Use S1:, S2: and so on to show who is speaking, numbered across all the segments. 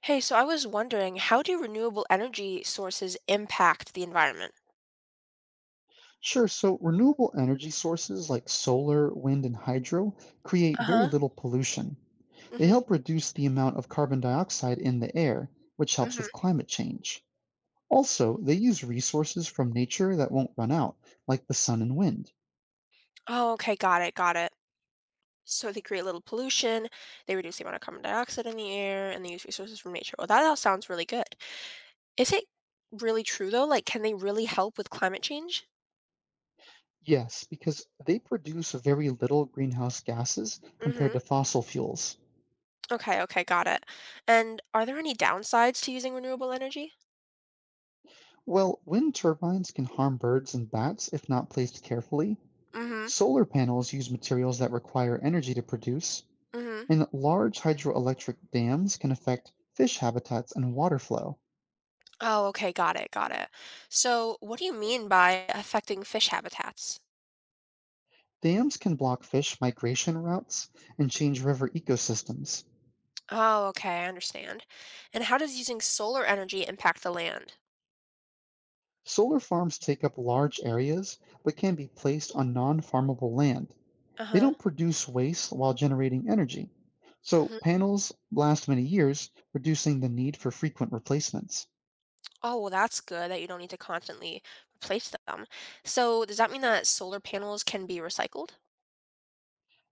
S1: Hey, so I was wondering, how do renewable energy sources impact the environment?
S2: Sure. So renewable energy sources like solar, wind, and hydro create very
S1: Uh-huh.
S2: little pollution. They
S1: Mm-hmm.
S2: help reduce the amount of carbon dioxide in the air, which helps
S1: Mm-hmm.
S2: with climate change. Also, they use resources from nature that won't run out, like the sun and wind.
S1: Oh, okay, got it, got it. So they create little pollution, they reduce the amount of carbon dioxide in the air, and they use resources from nature. Well, that all sounds really good. Is it really true though? Like, can they really help with climate change?
S2: Yes, because they produce very little greenhouse gases compared
S1: Mm-hmm.
S2: to fossil fuels.
S1: Okay, okay, got it. And are there any downsides to using renewable energy?
S2: Well, wind turbines can harm birds and bats if not placed carefully.
S1: Mm-hmm.
S2: Solar panels use materials that require energy to produce,
S1: Mm-hmm.
S2: and large hydroelectric dams can affect fish habitats and water flow.
S1: Oh, okay, got it, got it. So what do you mean by affecting fish habitats?
S2: Dams can block fish migration routes and change river ecosystems.
S1: Oh, okay, I understand. And how does using solar energy impact the land?
S2: Solar farms take up large areas but can be placed on non farmable land. They
S1: Uh-huh.
S2: don't produce waste while generating energy. So,
S1: Hmm.
S2: panels last many years, reducing the need for frequent replacements.
S1: Oh, well, that's good that you don't need to constantly replace them. So, does that mean that solar panels can be recycled?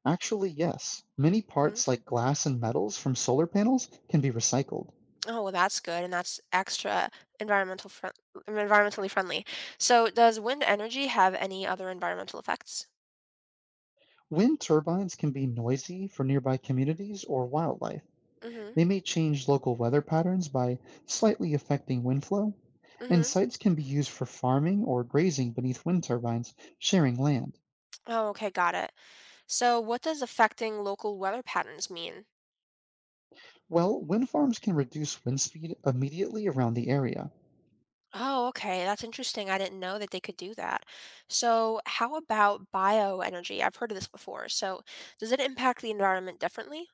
S2: Actually, yes. Many
S1: Mhm.
S2: parts like glass and metals from solar panels can be recycled.
S1: Oh, well, that's good, and that's extra environmental friend environmentally friendly. So, does wind energy have any other environmental effects?
S2: Wind turbines can be noisy for nearby communities or wildlife.
S1: Mm-hmm.
S2: They may change local weather patterns by slightly affecting wind flow. And
S1: Mm-hmm.
S2: sites can be used for farming or grazing beneath wind turbines, sharing land.
S1: Oh, okay, got it. So, what does affecting local weather patterns mean?
S2: Well, wind farms can reduce wind speed immediately around the area.
S1: Oh, okay. That's interesting. I didn't know that they could do that. So, how about bioenergy? I've heard of this before. So, does it impact the environment differently?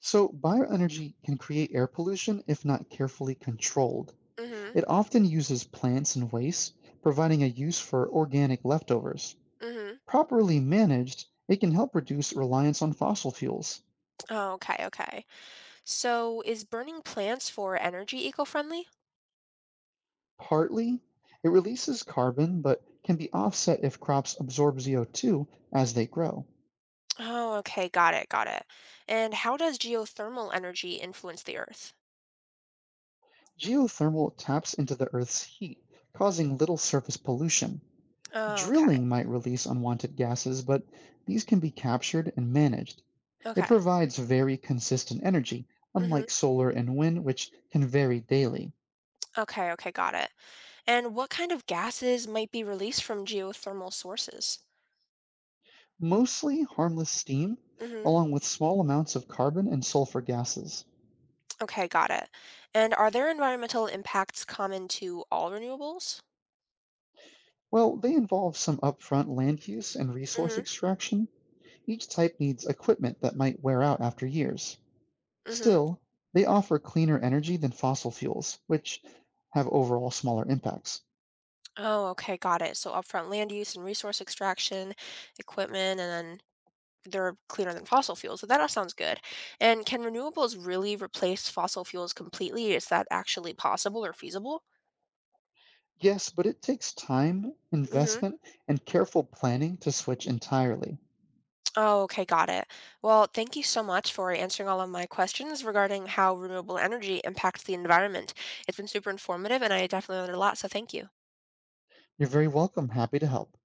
S2: So, bioenergy can create air pollution if not carefully controlled.
S1: Mm-hmm.
S2: It often uses plants and waste, providing a use for organic leftovers.
S1: Mm-hmm.
S2: Properly managed, it can help reduce reliance on fossil fuels.
S1: Oh, okay, okay. So, is burning plants for energy eco-friendly?
S2: Partly, it releases carbon but can be offset if crops absorb CO2 as they grow.
S1: Oh, okay. Got it, got it. And how does geothermal energy influence the earth?
S2: Geothermal taps into the Earth's heat, causing little surface pollution.
S1: Oh, okay.
S2: Drilling might release unwanted gases, but these can be captured and managed. It
S1: Okay.
S2: provides very consistent energy,
S1: Mm-hmm.
S2: unlike solar and wind, which can vary daily.
S1: Okay, okay, got it. And what kind of gases might be released from geothermal sources?
S2: Mostly harmless steam,
S1: Mm-hmm.
S2: along with small amounts of carbon and sulfur gases.
S1: Okay, got it. And are there environmental impacts common to all renewables?
S2: Well, they involve some upfront land use and resource
S1: Mm-hmm.
S2: extraction. Each type needs equipment that might wear out after years.
S1: Mm-hmm.
S2: Still, they offer cleaner energy than fossil fuels, which have overall smaller impacts.
S1: Oh, okay, got it. So upfront land use and resource extraction, equipment, and then they're cleaner than fossil fuels. So that all sounds good. And can renewables really replace fossil fuels completely? Is that actually possible or feasible?
S2: Yes, but it takes time,
S1: Mm-hmm.
S2: investment, and careful planning to switch entirely.
S1: Oh, okay, got it. Well, thank you so much for answering all of my questions regarding how renewable energy impacts the environment. It's been super informative and I definitely learned a lot, so thank you.
S2: You're very welcome. Happy to help.